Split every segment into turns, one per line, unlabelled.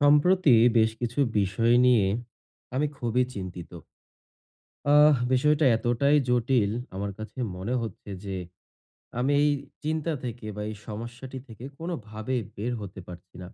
সম্প্রতি বেশ কিছু বিষয় নিয়ে আমি খুবই চিন্তিত। বিষয়টা এতটাই জটিল আমার কাছে মনে হচ্ছে যে আমি এই চিন্তা থেকে বা এই সমস্যাটি থেকে কোনোভাবে বের হতে পারছি না।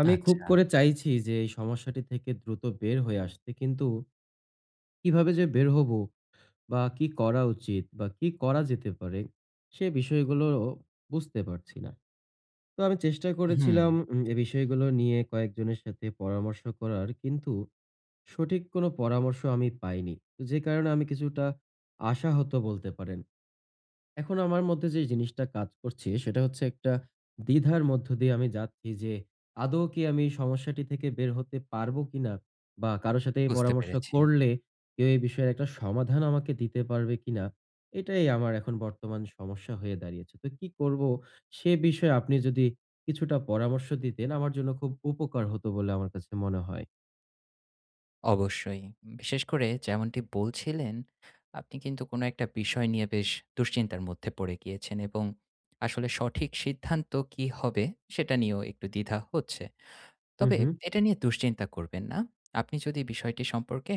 আমি খুব
আচ্ছা।
করে চাইছি যে এই সমস্যাটি থেকে দ্রুত বের হয়ে আসতে, কিন্তু কিভাবে যে বের হবো বা কি করা উচিত বা কি করা যেতে পারে সে বিষয়গুলো বুঝতে পারছি না। তো আমি চেষ্টা
হুম,
করেছিলাম এ বিষয়গুলো নিয়ে কয়েকজনের সাথে পরামর্শ করার, কিন্তু সঠিক কোনো পরামর্শ আমি পাইনি। তো যে কারণে আমি কিছুটা আশাহত বলতে পারেন। এখন আমার মধ্যে যে জিনিসটা কাজ করছে সেটা হচ্ছে একটা দ্বিধার মধ্য দিয়ে আমি যাচ্ছি, যে আদৌ কি আমি এই সমস্যাটি থেকে বের হতে পারবো কিনা? বা কারো সাথে এই
বুঝতে
পরামর্শ
পেরেছি।
করলে কেউ এই বিষয়ের একটা সমাধান আমাকে দিতে পারবে কিনা? এটাই আমার এখন বর্তমান সমস্যা হয়ে দাঁড়িয়েছে। তো কি করবো সে বিষয়ে আপনি যদি কিছুটা পরামর্শ দিতেন আমার জন্য খুব উপকার হতো বলে আমার কাছে মনে হয়।
অবশ্যই। বিশেষ করে যেমনটি বলছিলেন, আপনি কিন্তু কোনো একটা বিষয় নিয়ে বেশ দুশ্চিন্তার মধ্যে পড়ে গিয়েছেন এবং আসলে সঠিক সিদ্ধান্ত কী হবে সেটা নিয়েও একটু দ্বিধা হচ্ছে।
হু,
তবে
হু।
এটা নিয়ে দুশ্চিন্তা করবেন না। আপনি যদি বিষয়টি সম্পর্কে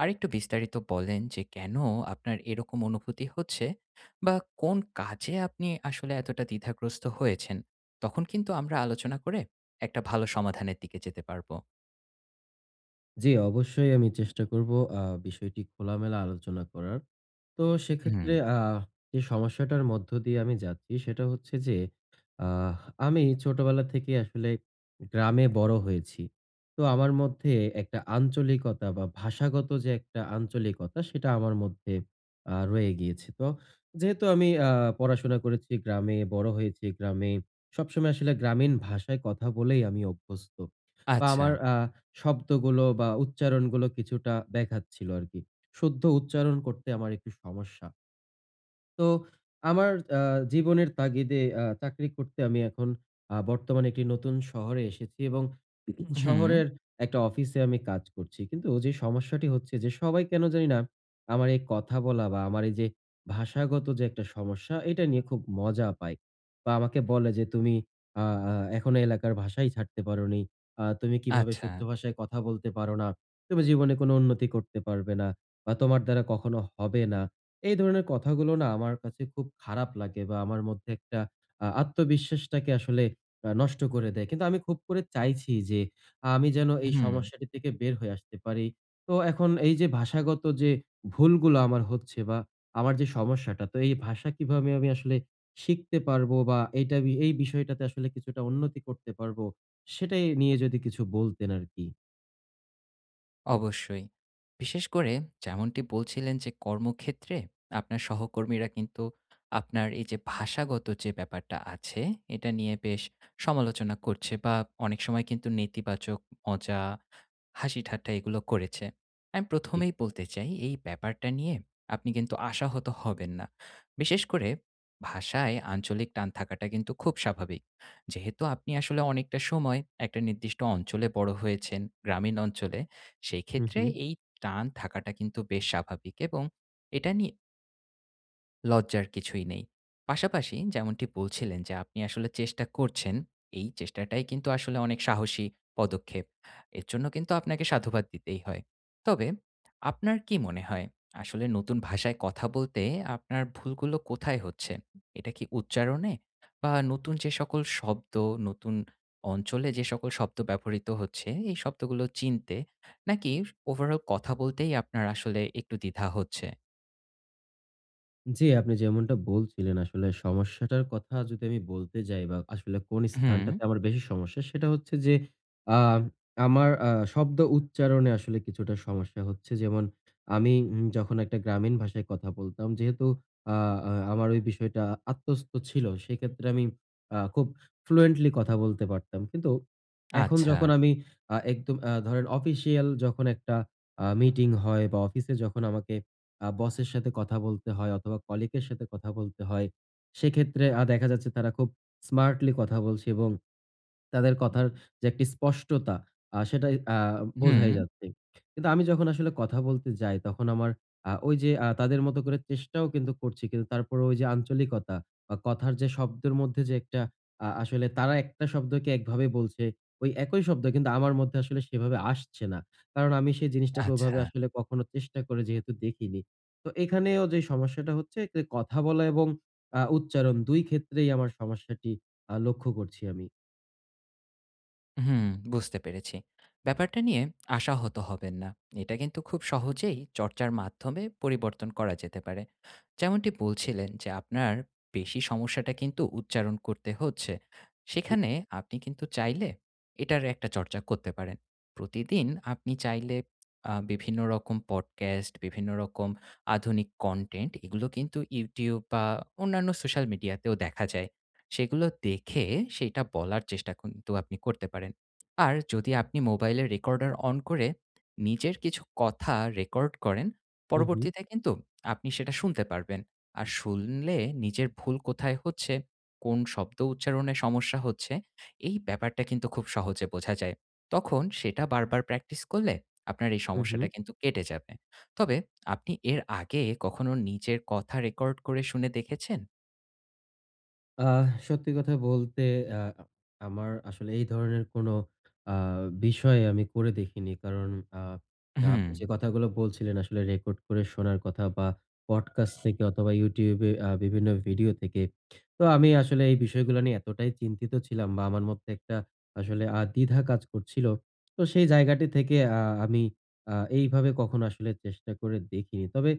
আরেকটু বিস্তারিত বলেন যে কেন আপনার এরকম অনুভূতি হচ্ছে বা কোন কাজে আপনি আসলে এতটা দ্বিধাগ্রস্ত হয়েছেন, তখন কিন্তু আমরা আলোচনা করে একটা ভালো সমাধানের দিকে যেতে পারব।
জি, অবশ্যই আমি চেষ্টা করব বিষয়টি খোলামেলা আলোচনা করার। তো
হুম।
সেক্ষেত্রে যে সমস্যাটার মধ্য দিয়ে আমি যাচ্ছি সেটা হচ্ছে যে, আহ, আমি ছোটবেলা থেকে আসলে গ্রামে বড় হয়েছি। তো আমার মধ্যে একটা আঞ্চলিকতা বা ভাষাগত যে একটা আঞ্চলিকতা সেটা আমার মধ্যে রয়ে গিয়েছে। তো যেহেতু আমি পড়াশোনা করেছি গ্রামে, বড় হয়েছি গ্রামে, সবসময় আসলে গ্রামীণ ভাষায় কথা বলেই আমি অভ্যস্ত। বা
আচ্ছা।
আমার শব্দগুলো বা উচ্চারণগুলো কিছুটা ব্যাঘাত ছিল আরকি। শুদ্ধ উচ্চারণ করতে আমার একটু সমস্যা। তো আমার আ জীবনের তাগিদে চাকরি করতে আমি এখন বর্তমানে একটি নতুন শহরে এসেছি এবং
হুম,
শহরের একটা অফিসে আমি কাজ করছি। কিন্তু যে সমস্যাটি হচ্ছে যে সবাই কেন জানি না আমার এই কথা বলা বা আমার এই যে ভাষাগত যে একটা সমস্যা, এটা নিয়ে খুব মজা পায়। বা আমাকে বলে যে, "তুমি আ আ এখনো এলাকার ভাষাই ছাড়তে পারোনি। তুমি কিভাবে
আচ্ছা।
শুদ্ধ ভাষায় কথা বলতে পারো না? তুমি জীবনে কোনো উন্নতি করতে পারবে না বা তোমার দ্বারা কখনো হবে না।" এই ধরনের কথাগুলো না আমার কাছে খুব খারাপ লাগে বা আমার মধ্যে একটা আত্মবিশ্বাসটাকে আসলে নষ্ট করে দেয়। কিন্তু আমি খুব করে চাইছি যে আমি যেন এই
হুম।
সমস্যাটি থেকে বের হয়ে আসতে পারি। তো এখন এই যে ভাষাগত যে ভুলগুলো আমার হচ্ছে বা আমার যে সমস্যাটা, তো এই ভাষা কিভাবে আমি আসলে শিখতে পারবো বা এইটা এই বিষয়টাতে আসলে কিছুটা উন্নতি করতে পারবো, সেটাই নিয়ে যদি কিছু বলতেন আরকি?
অবশ্যই। বিশেষ করে যেমনটি বলছিলেন যে কর্মক্ষেত্রে আপনার সহকর্মীরা কিন্তু আপনার এই যে ভাষাগত যে ব্যাপারটা আছে, এটা নিয়ে বেশ সমালোচনা করছে বা অনেক সময় কিন্তু নেতিবাচক মজা, হাসি-ঠাট্টা এগুলো করেছে। আমি ১ম
জি।
এই বলতে চাই এই ব্যাপারটা নিয়ে আপনি কিন্তু আশাহত হবেন না। বিশেষ করে ভাষায় আঞ্চলিক টান থাকাটা কিন্তু খুব স্বাভাবিক। যেহেতু আপনি আসলে অনেকটা সময় একটা নির্দিষ্ট অঞ্চলে বড় হয়েছেন, গ্রামীণ অঞ্চলে। সেই
হু,
ক্ষেত্রে
হু।
এই টান থাকাটা কিন্তু বেশ স্বাভাবিক এবং এটা নিয়ে লজ্জার কিছুই নেই। পাশাপাশি যেমনটি বলছিলেন যে আপনি আসলে চেষ্টা করছেন, এই চেষ্টাটাই কিন্তু আসলে অনেক সাহসী পদক্ষেপ। এর জন্য কিন্তু আপনাকে সাধুবাদ দিতেই হয়। তবে আপনার কি মনে হয় আসলে নতুন ভাষায় কথা বলতে আপনার ভুলগুলো কোথায় হচ্ছে? এটা কি উচ্চারণে? বা নতুন যে সকল শব্দ, নতুন অঞ্চলে যে সকল শব্দ ব্যবহৃত হচ্ছে, এই শব্দগুলো চিনতে? নাকি ওভারঅল কথা বলতেই আপনার আসলে একটু দ্বিধা হচ্ছে?
জি, আপনি যেমনটা বলছিলেন, আসলে সমস্যাটার কথা যদি আমি বলতে যাই বা আসলে কোন
হুম,
স্থানটাতে আমার বেশি সমস্যা সেটা হচ্ছে যে, আ আমার শব্দ উচ্চারণে আসলে কিছুটা সমস্যা হচ্ছে। যেমন আমি যখন একটা গ্রামীণ ভাষায় কথা বলতাম, যেহেতু আ আ আমার ওই বিষয়টা আত্মস্থ ছিল সেক্ষেত্রে আমি খুব ফ্লুয়েন্টলি কথা বলতে পারতাম। কিন্তু এখন
আচ্ছা।
যখন আমি একদম ধরেন অফিসিয়াল যখন একটা মিটিং হয় বা অফিসে যখন আমাকে বসের সাথে কথা বলতে হয় অথবা কলিগের সাথে কথা বলতে হয়। সেক্ষেত্রে দেখা যাচ্ছে তারা খুব স্মার্টলি কথা বলছে এবং তাদের কথার যে একটি স্পষ্টতা সেটাই
হুম,
বোঝাই যাচ্ছে। কিন্তু আমি যখন আসলে কথা বলতে যাই তখন আমার ওই যে তাদের মতো করে চেষ্টাও কিন্তু করছি। কিন্তু তারপরে ওই যে আঞ্চলিকতা বা কথার যে শব্দের মধ্যে যে একটা আসলে তারা একটা শব্দকে একভাবে বলছে, ওই একই শব্দ কিন্তু আমার মধ্যে আসলে সেভাবে আসছে না। কারণ আমি সেই জিনিসটাকে
আচ্ছা।
ওভাবে আসলে কখনো চেষ্টা করে যেহেতু দেখিনি। তো এখানেও যে সমস্যাটা হচ্ছে যে কথা বলা এবং উচ্চারণ ২ ক্ষেত্রেই আমার সমস্যাটি লক্ষ্য করছি আমি।
হুম, বুঝতে পেরেছি। ব্যাপারটা নিয়ে আশাহত হবেন না। এটা কিন্তু খুব সহজেই চর্চার মাধ্যমে পরিবর্তন করা যেতে পারে। যেমনটি বলছিলেন যে আপনার বেশি সমস্যাটা কিন্তু উচ্চারণ করতে হচ্ছে। সেখানে আপনি কিন্তু চাইলে এটার একটা চর্চা করতে পারেন। প্রতিদিন আপনি চাইলে বিভিন্ন রকম পডকাস্ট, বিভিন্ন রকম আধুনিক কনটেন্ট এগুলো কিন্তু YouTube বা অন্যান্য সোশ্যাল মিডিয়াতেও দেখা যায়। সেগুলো দেখে সেইটা বলার চেষ্টা কিন্তু আপনি করতে পারেন। আর যদি আপনি মোবাইলে রেকর্ডার অন করে নিজের কিছু কথা রেকর্ড করেন,
হুম, হুম,
পরবর্তীতে কিন্তু আপনি সেটা শুনতে পারবেন। আর শুনলে নিজের ভুল কোথায় হচ্ছে, কোন শব্দ উচ্চারণে সমস্যা হচ্ছে, এই ব্যাপারটা কিন্তু খুব সহজে বোঝা যায়। তখন সেটা বারবার প্র্যাকটিস করলে আপনার এই
হুম, হুম।
সমস্যাটা কিন্তু কেটে যাবে। তবে আপনি এর আগে কখনো নিজের কথা রেকর্ড করে শুনে দেখেছেন?
সত্যি কথা বলতে আ আমার আসলে এই ধরনের কোনো আ বিষয় আমি করে দেখিনি। কারণ আ
হুম,
আপনি যে কথাগুলো বলছিলেন, আসলে রেকর্ড করে শোনার কথা বা পডকাস্ট থেকে অথবা YouTube এ বিভিন্ন ভিডিও থেকে। তো আমি আসলে এই বিষয়গুলো নিয়ে এতটাই চিন্তিত ছিলাম বা আমার মধ্যে একটা আসলে দ্বিধা কাজ করছিল। তো সেই জায়গাটি থেকে আমি এইভাবে কখনো আসলে চেষ্টা করে দেখিনি। তবে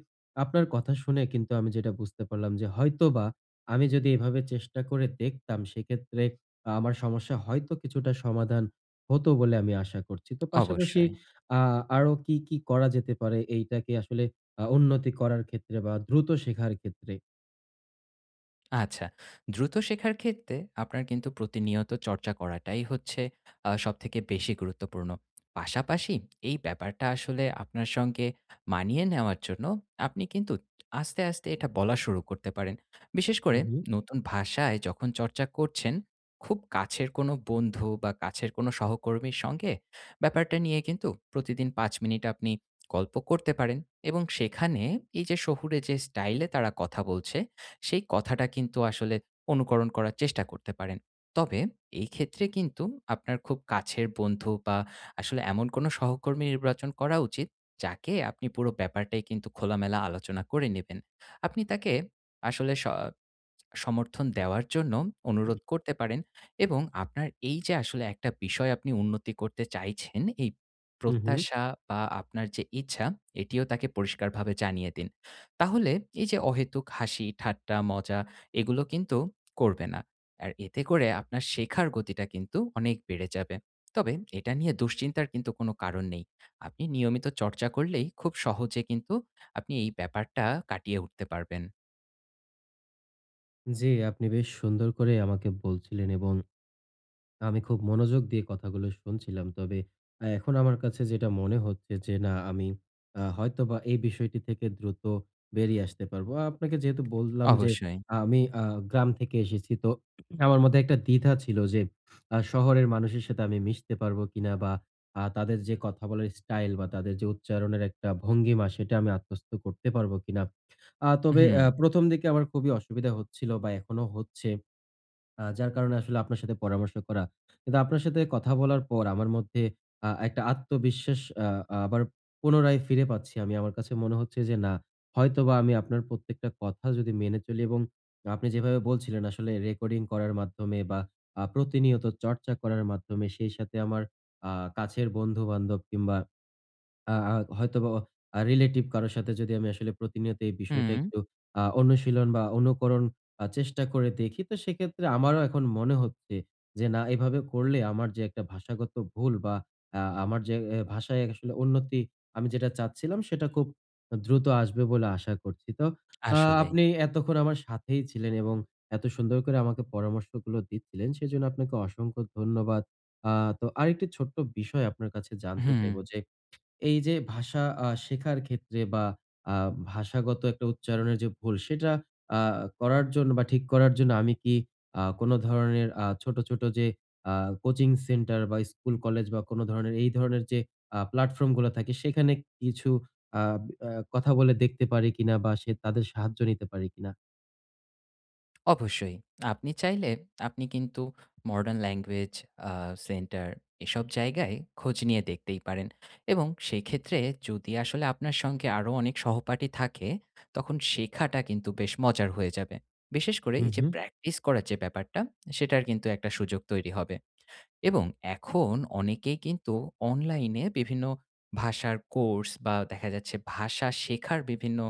আপনার কথা শুনে কিন্তু আমি যেটা বুঝতে পারলাম যে হয়তোবা আমি যদি এভাবে চেষ্টা করে দেখতাম সেক্ষেত্রে আমার সমস্যা হয়তো কিছুটা সমাধান হতো বলে আমি আশা করছি। তো পাশাপাশি
অবশ্যই।
আ আরো কি, কি করা যেতে পারে এইটাকে আসলে উন্নতি করার ক্ষেত্রে বা দ্রুত শেখার ক্ষেত্রে?
আচ্ছা। দ্রুত শেখার ক্ষেত্রে আপনার কিন্তু প্রতিনিয়ত চর্চা করাটাই হচ্ছে সবথেকে বেশি গুরুত্বপূর্ণ। পাশাপাশি এই ব্যাপারটা আসলে আপনার সঙ্গে মানিয়ে নেওয়ার জন্য আপনি কিন্তু আস্তে, আস্তে এটা বলা শুরু করতে পারেন। বিশেষ
হু,
করে
হু,
নতুন ভাষায় যখন চর্চা করছেন, খুব কাছের কোনো বন্ধু বা কাছের কোনো সহকর্মীর সঙ্গে ব্যাপারটা নিয়ে কিন্তু প্রতিদিন ৫ মিনিট আপনি গল্প করতে পারেন এবং সেখানে এই যে শহুরে যে স্টাইলে তারা কথা বলছে সেই কথাটা কিন্তু আসলে অনুকরণ করার চেষ্টা করতে পারেন। তবে এই ক্ষেত্রে কিন্তু আপনার খুব কাছের বন্ধু বা আসলে এমন কোনো সহকর্মী নির্বাচন করা উচিত, যাকে আপনি পুরো ব্যাপারটাই কিন্তু খোলামেলা আলোচনা করে নেবেন। আপনি তাকে আসলে সমর্থন দেওয়ার জন্য অনুরোধ করতে পারেন এবং আপনার এই যে আসলে একটা বিষয় আপনি উন্নতি করতে চাইছেন, এই
হু, হু।
প্রত্যাশা বা আপনার যে ইচ্ছা, এটিও তাকে পরিষ্কারভাবে জানিয়ে দিন। তাহলে এই যে অহেতুক হাসি, ঠাট্টা, মজা এগুলো কিন্তু করবে না। আর এতে করে আপনার শেখার গতিটা কিন্তু অনেক বেড়ে যাবে। তবে এটা নিয়ে দুশ্চিন্তার কিন্তু কোনো কারণ নেই। আপনি নিয়মিত চর্চা করলেই খুব সহজে কিন্তু আপনি এই ব্যাপারটা কাটিয়ে উঠতে পারবেন।
জি, আপনি বেশ সুন্দর করে আমাকে বলছিলেন এবং আমি খুব মনোযোগ দিয়ে কথাগুলো শুনছিলাম। তবে এখন আমার কাছে যেটা মনে হচ্ছে যে না, আমি হয়তোবা এই বিষয়টি থেকে দ্রুত বেরিয়ে আসতে পারবো। আপনাকে যেহেতু বললাম যে
অবশ্যই।
আমি গ্রাম থেকে এসেছি, তো আমার মধ্যে একটা দ্বিধা ছিল যে শহরের মানুষের সাথে আমি মিশতে পারবো কিনা বা তাদের যে কথা বলার স্টাইল বা তাদের যে উচ্চারণের একটা ভঙ্গিমা সেটা আমি আত্মস্থ করতে পারবো কিনা। তবে
হুম।
১ম দিকে আমার খুবই অসুবিধা হচ্ছিল বা এখনো হচ্ছে। যার কারণে আসলে আপনার সাথে পরামর্শ করা। কিন্তু আপনার সাথে কথা বলার পর আমার মধ্যে একটা আত্মবিশ্বাস আবার পুনরায় ফিরে পাচ্ছি আমি। আমার কাছে মনে হচ্ছে যে না, হয়তোবা আমি আপনার প্রত্যেকটা কথা যদি মেনে চলি এবং আপনি যেভাবে বলছিলেন, আসলে রেকর্ডিং করার মাধ্যমে বা প্রতিনিয়ত চর্চা করার মাধ্যমে সেই সাথে আমার আ কাছের বন্ধু-বান্ধব কিংবা আ আ হয়তোবা রিলেটিভ কারো সাথে যদি আমি আসলে প্রতিনিয়ত এই
হুম,
বিষয়টা একটু অনুশীলন বা অনুকরণ চেষ্টা করে দেখি, তো সেক্ষেত্রে আমারও এখন মনে হচ্ছে যে না, এভাবে করলে আমার যে একটা ভাষাগত ভুল বা আমার যে এ ভাষায় আসলে উন্নতি আমি যেটা চাচ্ছিলাম সেটা খুব দ্রুত আসবে বলে আশা করছি। তো আ
আসলেই।
আপনি এতক্ষণ আমার সাথেই ছিলেন এবং এত সুন্দর করে আমাকে পরামর্শগুলো দিচ্ছিলেন, সেজন্য আপনাকে অসংখ্য ধন্যবাদ। আ তো আরেকটি ছোট্ট বিষয় আপনার কাছে জানতে
হুম,
চাইবো, যে এই যে ভাষা শেখার ক্ষেত্রে বা আ ভাষাগত একটা উচ্চারণের যে ভুল সেটা আ করার জন্য বা ঠিক করার জন্য আমি কি কোন ধরনের ছোট, ছোট যে আ কোচিং সেন্টার বা স্কুল, কলেজ বা কোন ধরনের এই ধরনের যে প্ল্যাটফর্ম গুলো থাকে সেখানে কিছু আ আ কথা বলে দেখতে পারি কিনা বা সে তাদের সাহায্য নিতে পারি কিনা?
অবশ্যই। আপনি চাইলে আপনি কিন্তু মডার্ন ল্যাঙ্গুয়েজ আ সেন্টার এসব জায়গায় খোঁজ নিয়ে দেখতেই পারেন। এবং সেক্ষেত্রে যদি আসলে আপনার সঙ্গে আরো অনেক সহপাঠী থাকে, তখন শেখাটা কিন্তু বেশ মজার হয়ে যাবে। বিশেষ করে
হু,
এই যে
হু,
প্র্যাকটিস করার যে ব্যাপারটা, সেটার কিন্তু একটা সুযোগ তৈরি হবে। এবং এখন অনেকেই কিন্তু অনলাইনে বিভিন্ন ভাষার কোর্স বা দেখা যাচ্ছে ভাষা শেখার বিভিন্ন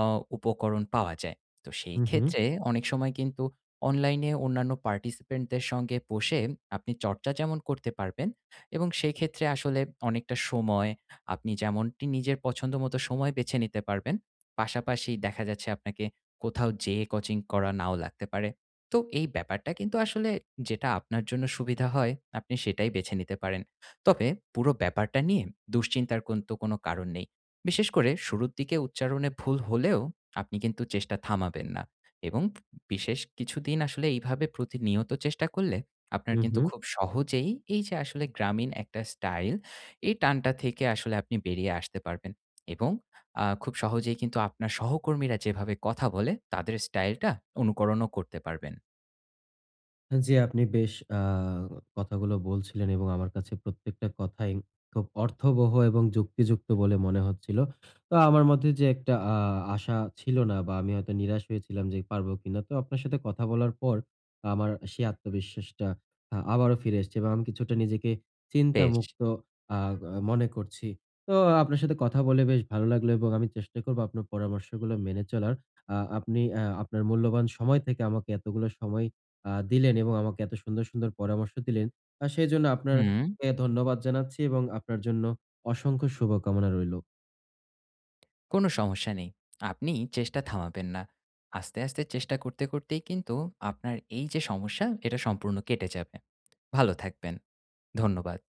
আ উপকরণ পাওয়া যায়। তো সেই
হু, হু,
ক্ষেত্রে অনেক সময় কিন্তু অনলাইনে অন্যান্য পার্টিসিপেন্টদের সঙ্গে বসে আপনি চর্চা যেমন করতে পারবেন এবং সেক্ষেত্রে আসলে অনেকটা সময় আপনি যেমনটি নিজের পছন্দমতো সময় বেছে নিতে পারবেন। পাশাপাশি দেখা যাচ্ছে আপনাকে কোথাও যেয়ে কোচিং করা নাও লাগতে পারে। তো এই ব্যাপারটা কিন্তু আসলে যেটা আপনার জন্য সুবিধা হয় আপনি সেটাই বেছে নিতে পারেন। তবে পুরো ব্যাপারটা নিয়ে দুশ্চিন্তার কিন্তু কোনো কারণ নেই। বিশেষ করে শুরুর দিকে উচ্চারণে ভুল হলেও আপনি কিন্তু চেষ্টা থামাবেন না এবং বিশেষ কিছুদিন আসলে এইভাবে প্রতিনিয়ত চেষ্টা করলে আপনার
হু,
কিন্তু
হু।
খুব সহজেই এই যে আসলে গ্রামীণ একটা স্টাইল, এই টানটা থেকে আসলে আপনি বেরিয়ে আসতে পারবেন এবং খুব সহজেই কিন্তু আপনার সহকর্মীরা যেভাবে কথা বলে তাদের স্টাইলটা অনুকরণও করতে পারবেন।
জি, আপনি বেশ কথাগুলো বলছিলেন এবং আমার কাছে প্রত্যেকটা কথাই খুব অর্থবহ এবং যুক্তিযুক্ত বলে মনে হচ্ছিল। তো আমার মধ্যে যে একটা আশা ছিল না বা আমি হয়তো নিরাশ হয়েছিলাম যে পারবো কিনা। তো আপনার সাথে কথা বলার পর আমার সেই আত্মবিশ্বাসটা আবারও ফিরে এসেছে এবং আমি কিছুটা নিজেকে
বেশ।
চিন্তামুক্ত আ মনে করছি। তো আপনার সাথে কথা বলে বেশ ভালো লাগলো এবং আমি চেষ্টা করব আপনার পরামর্শগুলো মেনে চলার। আপনি আপনার মূল্যবান সময় থেকে আমাকে এতগুলো সময় দিলেন এবং আমাকে এত সুন্দর, সুন্দর পরামর্শ দিলেন। সেজন্য আপনার
হুম।
কে ধন্যবাদ জানাচ্ছি এবং আপনার জন্য অসংখ্য শুভকামনা রইল।
কোনো সমস্যা নেই। আপনি চেষ্টা থামাবেন না। আস্তে, আস্তে চেষ্টা করতে, করতেই কিন্তু আপনার এই যে সমস্যা, এটা সম্পূর্ণ কেটে যাবে। ভালো থাকবেন। ধন্যবাদ।